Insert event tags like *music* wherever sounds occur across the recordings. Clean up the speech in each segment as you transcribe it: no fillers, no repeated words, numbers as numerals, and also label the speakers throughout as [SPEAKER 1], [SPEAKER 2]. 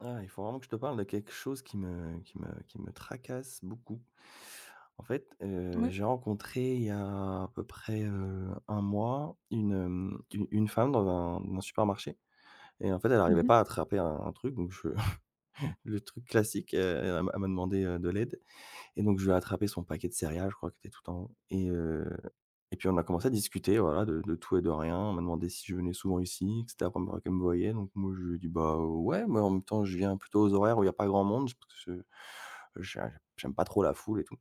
[SPEAKER 1] Ah, il faut vraiment que je te parle de quelque chose qui me tracasse beaucoup. En fait,
[SPEAKER 2] Ouais.
[SPEAKER 1] j'ai rencontré il y a à peu près, 1 mois une, hem, une femme dans un supermarché et en fait, elle arrivait
[SPEAKER 2] Mmh.
[SPEAKER 1] pas à attraper un truc donc je *laughs* le truc classique, elle m'a demandé, de l'aide et donc je lui ai attrapé son paquet de céréales, je crois, qui était tout en haut et puis on a commencé à discuter, voilà, de tout et de rien. On m'a demandé si je venais souvent ici, que c'était la 1 fois qu'elle me voyait, donc moi je lui ai dit: «Bah, ouais, mais en même temps, je viens plutôt aux horaires où il y a pas grand monde, parce que je- j'ai j'aime pas trop la foule et tout».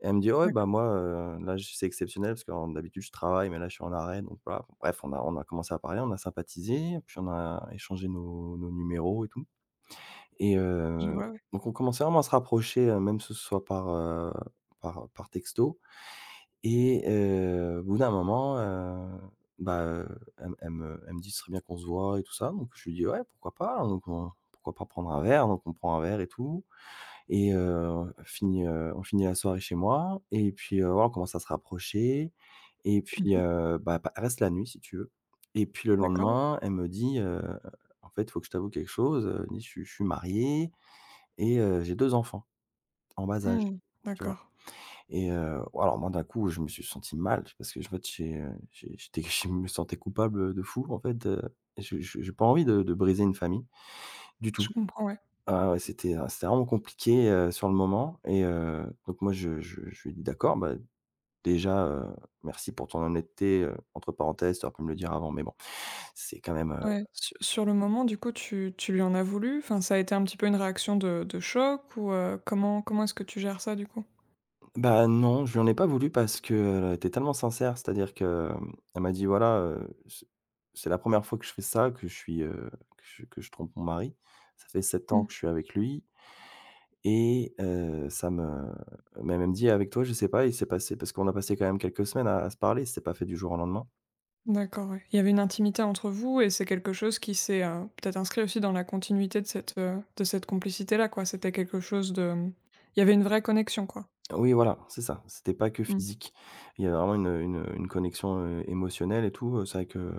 [SPEAKER 1] Et elle me dit: «Ah ouais, bah,
[SPEAKER 2] D'accord,
[SPEAKER 1] moi, là, j c'est exceptionnel parce qu'en d'habitude je travaille, mais là je suis en arrêt, donc voilà». Bref, on a commencé à parler, on a sympathisé, puis on a échangé nos numéros et tout. Et
[SPEAKER 2] je vois, ouais.
[SPEAKER 1] donc on commençait vraiment à se rapprocher, même si ce soit par, par texto et au bout d'un moment, bah, heu, elle me dit: «Ce serait bien qu'on se voit et tout ça», donc je lui dis: «Ouais, pourquoi pas?» hein, donc on pourquoi pas prendre un verre? Donc on prend un verre et tout et on finit la soirée chez moi et puis, voilà, on commence à se rapprocher et puis,
[SPEAKER 2] Mmh.
[SPEAKER 1] bah, elle reste la nuit si tu veux et puis le
[SPEAKER 2] D'accord, ouais.
[SPEAKER 1] lendemain, elle me dit, «En fait, il faut que je t'avoue quelque chose, Nice, je suis mariée et j'ai 2 enfants en bas âge,
[SPEAKER 2] Mmh.
[SPEAKER 1] tu vois?
[SPEAKER 2] D'accord.
[SPEAKER 1] Et ouais, alors moi, d'un coup, je me suis senti mal parce que, je en fait, j'ai, j'étais *laughs* je me sentais coupable, de fou, en fait, de je j'ai pas envie de briser une famille du
[SPEAKER 2] Je
[SPEAKER 1] tout.
[SPEAKER 2] comprends, ouais.
[SPEAKER 1] Ah ouais, c'était, c'était vraiment compliqué, sur le moment et donc moi, je lui ai dit: «D'accord, bah, déjà, merci pour ton honnêteté», entre parenthèses, tu aurais pu me le dire avant, mais bon, c'est quand même,
[SPEAKER 2] Ouais, su sur le moment, du coup, tu lui en as voulu? Enfin, ça a été un petit peu une réaction de choc ou, comment est-ce que tu gères ça, du coup?
[SPEAKER 1] Bah, non, je lui en ai pas voulu parce qu'elle était tellement sincère. C'est-à-dire que, elle m'a dit: «Voilà, c'est la première fois que je fais ça, que je suis, que je trompe mon mari. Ça fait 7 ans
[SPEAKER 2] Mmh.
[SPEAKER 1] que je suis avec lui et ça me» mais elle m'a même dit: «Avec toi, je sais pas, il s'est passé» parce qu'on a passé quand même quelques semaines à se parler, c'était pas fait du jour au lendemain.
[SPEAKER 2] D'accord, ouais. Il y avait une intimité entre vous et c'est quelque chose qui s'est, peut-être inscrit aussi dans la continuité de cette complicité-là, quoi. C'était quelque chose de, il y avait une vraie connexion, quoi.
[SPEAKER 1] Oui, voilà, c'est ça. C'était pas que
[SPEAKER 2] Mmh.
[SPEAKER 1] physique. Il y avait vraiment une connexion, émotionnelle et tout, c'est vrai que,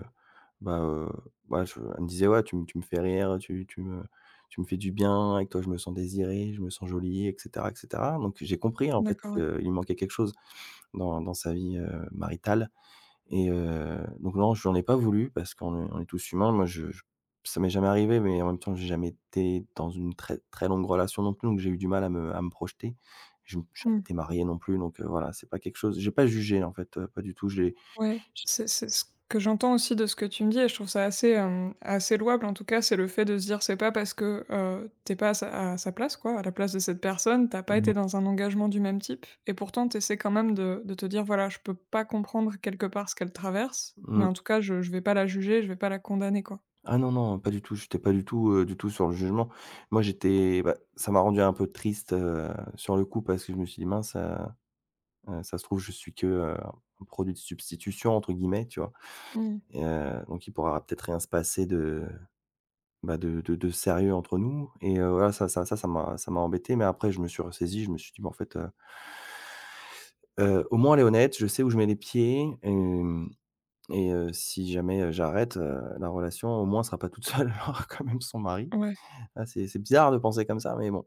[SPEAKER 1] bah, heu, je elle me disait: «Ouais, tu me fais rire, tu me fais du bien, avec toi je me sens désiré, je me sens jolie» et cetera et cetera. Donc j'ai compris en fait
[SPEAKER 2] D'accord, ouais.
[SPEAKER 1] qu'il manquait quelque chose dans sa vie, maritale. Et donc non, je n'en ai pas voulu parce qu'on est tous humains. Moi, je ça m'est jamais arrivé, mais en même temps, j'ai jamais été dans une très, très longue relation non plus, donc j'ai eu du mal à me projeter. Je me jamais
[SPEAKER 2] Mmh.
[SPEAKER 1] été marié non plus, donc voilà, c'est pas quelque chose j'ai pas jugé, en fait, pas du tout.
[SPEAKER 2] Ouais,
[SPEAKER 1] J'ai
[SPEAKER 2] c'est ce que j'entends aussi de ce que tu me dis et je trouve ça assez, assez louable en tout cas, c'est le fait de se dire: «C'est pas parce que, tu pas à sa à sa place quoi, à la place de cette personne, t'as pas été
[SPEAKER 1] oui,
[SPEAKER 2] dans un engagement du même type et pourtant t'essaies quand même de te dire: "Voilà, je peux pas comprendre quelque part ce qu'elle traverse, mais
[SPEAKER 1] mmh.
[SPEAKER 2] en tout cas je vais pas la juger, je vais pas la condamner quoi».
[SPEAKER 1] Ah non, non, pas du tout. J'étais pas du tout, du tout sur le jugement. Moi, j'étais bah, ça m'a rendu un peu triste, sur le coup parce que je me suis dit: «Mince, ça se trouve, je suis que, un produit de substitution», entre guillemets, tu vois?
[SPEAKER 2] Mmh.
[SPEAKER 1] Et donc il pourra peut-être rien se passer de, bah, de de sérieux entre nous et voilà, ça m'a embêté, mais après je me suis ressaisi, je me suis dit: «Mais en fait,» au moins elle est honnête, je sais où je mets les pieds, hem et si jamais, j'arrête, la relation, au moins elle sera pas toute seule, *laughs* elle aura quand même son mari».
[SPEAKER 2] Ouais.
[SPEAKER 1] Ah, c'est bizarre de penser comme ça, mais bon,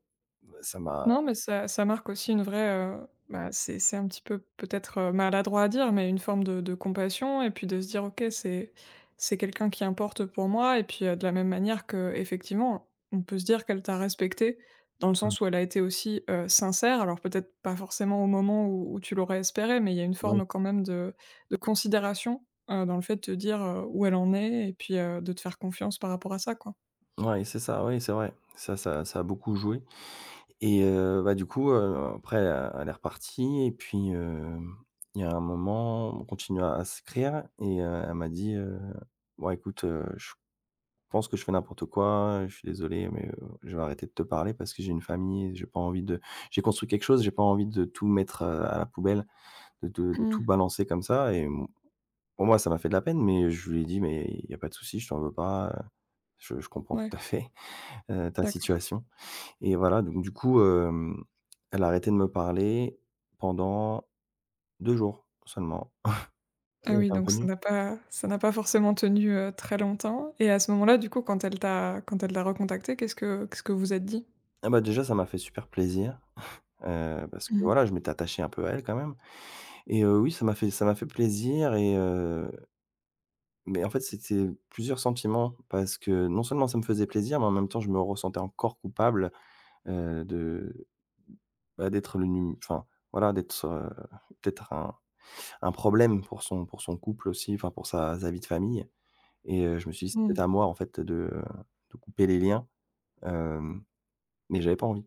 [SPEAKER 1] ça m'a
[SPEAKER 2] Non, mais ça ça marque aussi une vraie, bah, c'est un petit peu peut-être, maladroit à dire, mais une forme de compassion et puis de se dire: «OK, c'est quelqu'un qui importe pour moi» et puis, de la même manière que effectivement on peut se dire qu'elle t'a respecté dans le
[SPEAKER 1] mmh,
[SPEAKER 2] sens où elle a été aussi, sincère. Alors peut-être pas forcément au moment où tu l'aurais espéré, mais il y a une
[SPEAKER 1] oui,
[SPEAKER 2] forme quand même de considération, dans le fait de te dire, où elle en est et puis, de te faire confiance par rapport à ça, quoi.
[SPEAKER 1] ouais, c'est ça, oui, c'est vrai. Ça a beaucoup joué. Et bah, du coup, après elle est repartie et puis, il y a un moment, on continue à s'écrire et elle m'a dit, «Bon écoute, je pense que je fais n'importe quoi, je suis désolé mais, je vais arrêter de te parler parce que j'ai une famille et j'ai pas envie de j'ai construit quelque chose, j'ai pas envie de tout mettre, à la poubelle, de de
[SPEAKER 2] Mmh,
[SPEAKER 1] tout balancer comme ça» et m pour moi, ça m'a fait de la peine mais je lui ai dit: «Mais il y a pas de souci, je t'en veux pas, je comprends
[SPEAKER 2] ouais,
[SPEAKER 1] tout à fait, *laughs* ta
[SPEAKER 2] d'accord.
[SPEAKER 1] situation». Et voilà, donc du coup, elle a arrêté de me parler pendant 2 jours seulement
[SPEAKER 2] Ah
[SPEAKER 1] et elle
[SPEAKER 2] oui,
[SPEAKER 1] est
[SPEAKER 2] donc ça
[SPEAKER 1] revenue.
[SPEAKER 2] n'a pas forcément tenu, très longtemps et à ce moment-là, du coup, quand elle t'a recontacté, qu'est-ce que vous êtes dit?
[SPEAKER 1] Ah bah, déjà, ça m'a fait super plaisir, parce que
[SPEAKER 2] Mmh.
[SPEAKER 1] voilà, je m'étais attaché un peu à elle quand même et oui, ça m'a fait plaisir et mais en fait, c'était plusieurs sentiments parce que non seulement ça me faisait plaisir, mais en même temps, je me ressentais encore coupable, de bah, d'être le num enfin, voilà, d'être, peut-être un problème pour son couple aussi, enfin pour sa vie de famille. Et je me suis dit: «C'est
[SPEAKER 2] Mmh.
[SPEAKER 1] peut-être à moi en fait de couper les liens», hem, mais j'avais pas envie,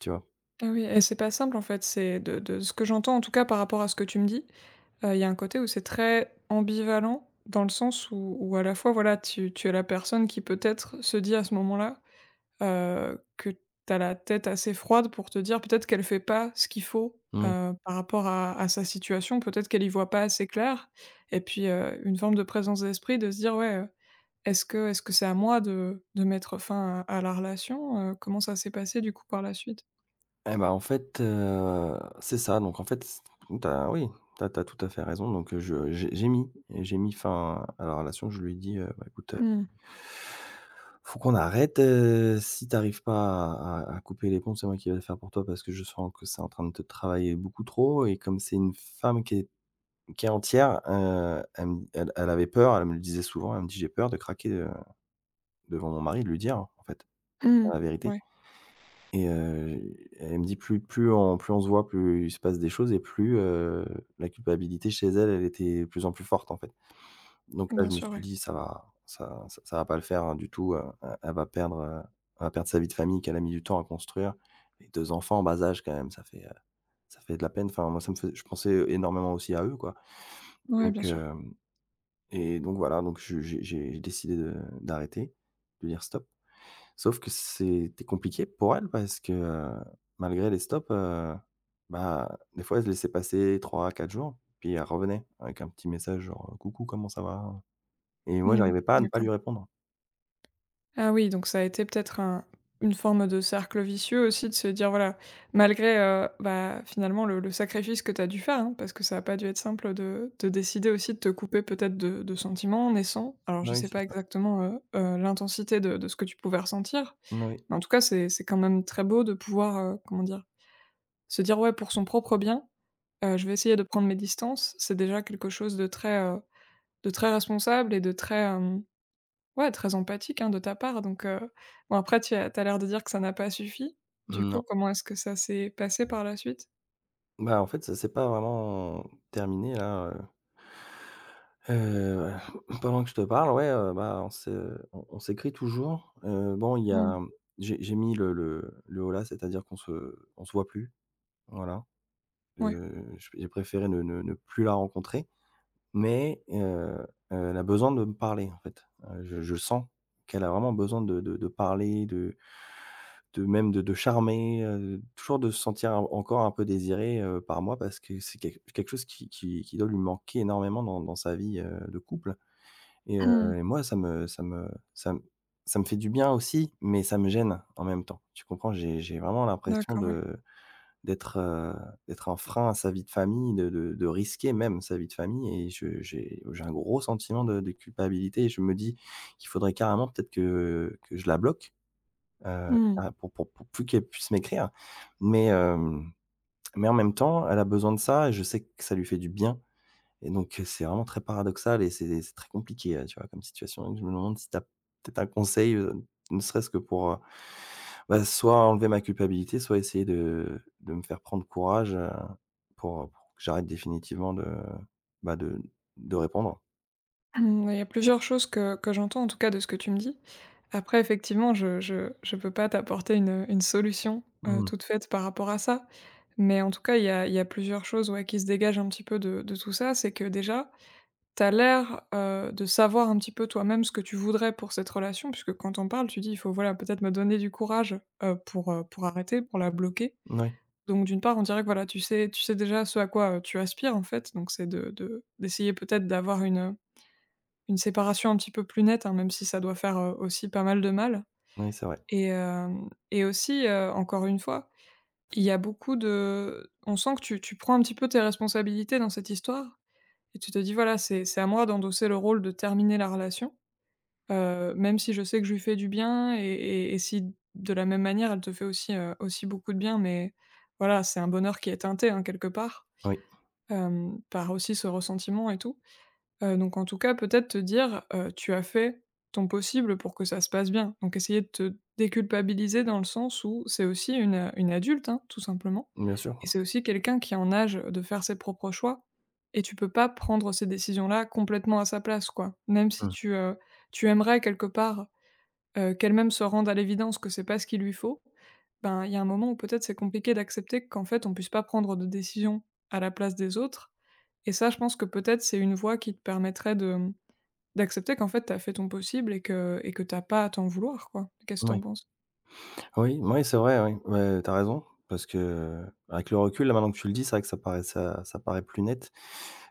[SPEAKER 1] tu vois?
[SPEAKER 2] Ah oui et c'est pas simple, en fait, c'est de ce que j'entends, en tout cas, par rapport à ce que tu me dis, il y a un côté où c'est très ambivalent dans le sens où à la fois, voilà, tu es la personne qui peut-être se dit à ce moment-là: heu, que tu as la tête assez froide pour te dire peut-être qu'elle fait pas ce qu'il faut,
[SPEAKER 1] Oui.
[SPEAKER 2] par rapport à sa situation, peut-être qu'elle y voit pas assez clair et puis, une forme de présence d'esprit de se dire: «Ouais, est-ce que c'est à moi de mettre fin à la relation?» Heu, comment ça s'est passé du coup par la suite?
[SPEAKER 1] Eh bah, en fait, c'est ça, donc en fait, c oui, t'as tout à fait raison, donc je j'ai mis fin à la relation. Je lui ai dit: bah, écoute,
[SPEAKER 2] Mmh.
[SPEAKER 1] faut qu'on arrête, si t'arrives pas à couper les ponts, c'est moi qui vais le faire pour toi parce que je sens que c'est en train de te travailler beaucoup trop et comme c'est une femme qui est entière, elle avait peur, elle me le disait souvent, elle me dit: "J'ai peur de craquer, devant mon mari, de lui dire, en fait,
[SPEAKER 2] Mmh.
[SPEAKER 1] la vérité
[SPEAKER 2] Ouais,
[SPEAKER 1] et elle me dit: plus on se voit, plus il se passe des choses et plus, la culpabilité chez elle, elle était de plus en plus forte, en fait». Donc là,
[SPEAKER 2] bien
[SPEAKER 1] je me
[SPEAKER 2] sûr,
[SPEAKER 1] suis
[SPEAKER 2] ouais.
[SPEAKER 1] dit: «Ça va pas le faire, hein, du tout, elle va perdre sa vie de famille qu'elle a mis du temps à construire». Les 2 enfants en bas âge quand même, ça fait de la peine. Enfin moi, ça me fais je pensais énormément aussi à eux, quoi.
[SPEAKER 2] Ouais, bien
[SPEAKER 1] Donc
[SPEAKER 2] sûr.
[SPEAKER 1] hem et donc voilà, donc je j'ai décidé de d'arrêter, de dire: «Stop». Sauf que c'était compliqué pour elle parce que, malgré les stops, bah, des fois, elle se laissait passer 3 quatre jours, puis elle revenait avec un petit message genre: «Coucou, comment ça va?» et moi,
[SPEAKER 2] Mmh.
[SPEAKER 1] j'arrivais pas à ne pas
[SPEAKER 2] D'accord.
[SPEAKER 1] lui répondre.
[SPEAKER 2] Ah oui, donc ça a été peut-être un une forme de cercle vicieux aussi de se dire, voilà, malgré, bah, finalement le sacrifice que tu as dû faire, hein, parce que ça a pas dû être simple de décider aussi de te couper peut-être de sentiments naissants. Alors je ne
[SPEAKER 1] Oui,
[SPEAKER 2] sais
[SPEAKER 1] c'est
[SPEAKER 2] pas
[SPEAKER 1] ça.
[SPEAKER 2] exactement, l'intensité de ce que tu pouvais ressentir,
[SPEAKER 1] Oui.
[SPEAKER 2] mais en tout cas c'est quand même très beau de pouvoir, comment dire? Se dire: «Ouais, pour son propre bien, je vais essayer de prendre mes distances». C'est déjà quelque chose de très responsable et de très, euh, ouais, très empathique, hein, de ta part donc bon après tu l'air de dire que ça n'a pas suffi. Du coup,
[SPEAKER 1] Non.
[SPEAKER 2] comment est-ce que ça s'est passé par la suite?
[SPEAKER 1] Bah, en fait, ça s'est pas vraiment terminé là, heu, *clears throat* pendant que je te parle, ouais, bah, on s'écrit toujours, bon, il y
[SPEAKER 2] Mmh,
[SPEAKER 1] a j'ai mis le holà, c'est-à-dire qu'on se voit plus, voilà.
[SPEAKER 2] ouais.
[SPEAKER 1] J'ai préféré ne plus la rencontrer, mais elle a besoin de me parler, en fait. Je sens qu'elle a vraiment besoin de de parler, de même de charmer, toujours de se sentir en encore un peu désirée, par moi parce que c'est quelque chose qui qui doit lui manquer énormément dans sa vie, de couple et heu
[SPEAKER 2] Mmh,
[SPEAKER 1] et moi ça me fait du bien aussi, mais ça me gêne en même temps. Tu comprends? J'ai vraiment l'impression
[SPEAKER 2] d'accord, ouais.
[SPEAKER 1] de d'être, d'être un frein à sa vie de famille, de de risquer même sa vie de famille et je j'ai un gros sentiment de culpabilité et je me dis qu'il faudrait carrément peut-être que je la bloque,
[SPEAKER 2] Mmh,
[SPEAKER 1] pour pour plus qu'elle puisse m'écrire mais mais en même temps, elle a besoin de ça et je sais que ça lui fait du bien et donc, c'est vraiment très paradoxal et c'est très compliqué, tu vois, comme situation. Donc je me demande si tu as peut-être un conseil, ne serait-ce que pour, bah, soit enlever ma culpabilité, soit essayer de me faire prendre courage, pour que j'arrête définitivement de, bah, de répondre.
[SPEAKER 2] mmh, il y a plusieurs choses que j'entends, en tout cas, de ce que tu me dis. Après effectivement, je peux pas t'apporter une solution,
[SPEAKER 1] Mmh.
[SPEAKER 2] toute faite par rapport à ça. Mais en tout cas, il y a plusieurs choses, ouais, qui se dégagent un petit peu de tout ça. C'est que déjà, t'as l'air, de savoir un petit peu toi-même ce que tu voudrais pour cette relation, puisque quand on parle, tu dis: «Il faut, voilà, peut-être me donner du courage, pour arrêter, pour la bloquer».
[SPEAKER 1] Oui,
[SPEAKER 2] Donc d'une part, on dirait que, voilà, tu sais déjà ce à quoi, tu aspires, en fait, donc c'est de d'essayer peut-être d'avoir une séparation un petit peu plus nette, hein, même si ça doit faire, aussi pas mal de mal
[SPEAKER 1] oui, c'est vrai.
[SPEAKER 2] et hem et aussi, encore une fois, il y a beaucoup de on sent que tu prends un petit peu tes responsabilités dans cette histoire et tu te dis: «Voilà, c'est à moi d'endosser le rôle de terminer la relation». Même si je sais que je lui fais du bien et si de la même manière elle te fait aussi, aussi beaucoup de bien, mais voilà, c'est un bonheur qui est teinté, hein, quelque part,
[SPEAKER 1] Oui,
[SPEAKER 2] par aussi ce ressentiment et tout. Donc en tout cas, peut-être te dire, «Tu as fait ton possible pour que ça se passe bien». Donc essayer de te déculpabiliser dans le sens où c'est aussi une adulte, hein, tout simplement
[SPEAKER 1] bien sûr.
[SPEAKER 2] et c'est aussi quelqu'un qui est en âge de faire ses propres choix et tu peux pas prendre ces décisions-là complètement à sa place, quoi. Même si
[SPEAKER 1] Mmh.
[SPEAKER 2] tu, tu aimerais quelque part, qu'elle-même se rende à l'évidence que c'est pas ce qu'il lui faut, ben, il y a un moment où peut-être c'est compliqué d'accepter qu'en fait on puisse pas prendre de décision à la place des autres et ça je pense que peut-être c'est une voie qui te permettrait de, d'accepter qu'en fait t'as fait ton possible et que t'as pas à t'en vouloir quoi. Qu'est-ce que tu
[SPEAKER 1] Oui.
[SPEAKER 2] penses?
[SPEAKER 1] Oui, oui, c'est vrai, oui. Ouais, tu raison parce que, avec le recul, là, maintenant que tu le dis, c'est vrai que ça paraît ça ça paraît plus net.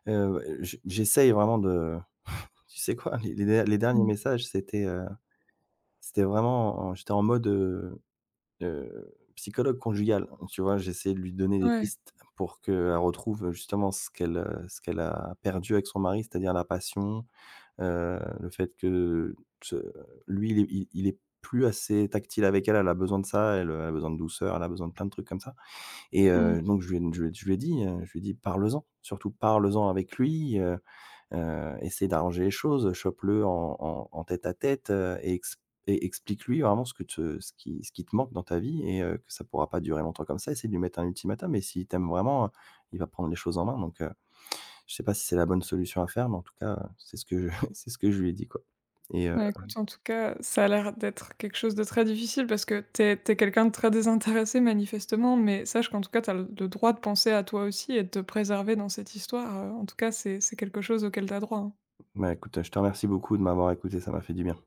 [SPEAKER 1] Je j'essaye vraiment de. Tu sais quoi? Les derniers
[SPEAKER 2] Mmh.
[SPEAKER 1] messages, c'était, c'était vraiment en j'étais en mode, psychologue conjugal. Tu vois? J'essayais de lui donner des
[SPEAKER 2] Ouais,
[SPEAKER 1] pistes pour qu'elle retrouve justement ce qu'elle a perdu avec son mari, c'est-à-dire la passion, le fait que ce lui, il est plus assez tactile avec elle, elle a besoin de ça, elle, elle a besoin de douceur, elle a besoin de plein de trucs comme ça et
[SPEAKER 2] mmh.
[SPEAKER 1] donc je lui ai dit, je lui ai dit: «Parle-en, surtout parle-en avec lui, essaie d'arranger les choses, chope-le en en tête-à-tête, et ex et explique-lui vraiment ce que te ce qui te manque dans ta vie et que ça pourra pas durer longtemps comme ça. Essaie de lui mettre un ultimatum et s'il t'aime vraiment, il va prendre les choses en main donc je sais pas si c'est la bonne solution à faire mais en tout cas, c'est ce que je *laughs* c'est ce que je lui ai dit, quoi et
[SPEAKER 2] Bah, écoute en tout cas, ça a l'air d'être quelque chose de très difficile parce que t'es quelqu'un de très désintéressé manifestement, mais sache qu'en tout cas t'as le droit de penser à toi aussi et de te préserver dans cette histoire, en tout cas c'est quelque chose auquel t'as droit, hein.
[SPEAKER 1] bah, écoute, je te remercie beaucoup de m'avoir écouté, ça m'a fait du bien.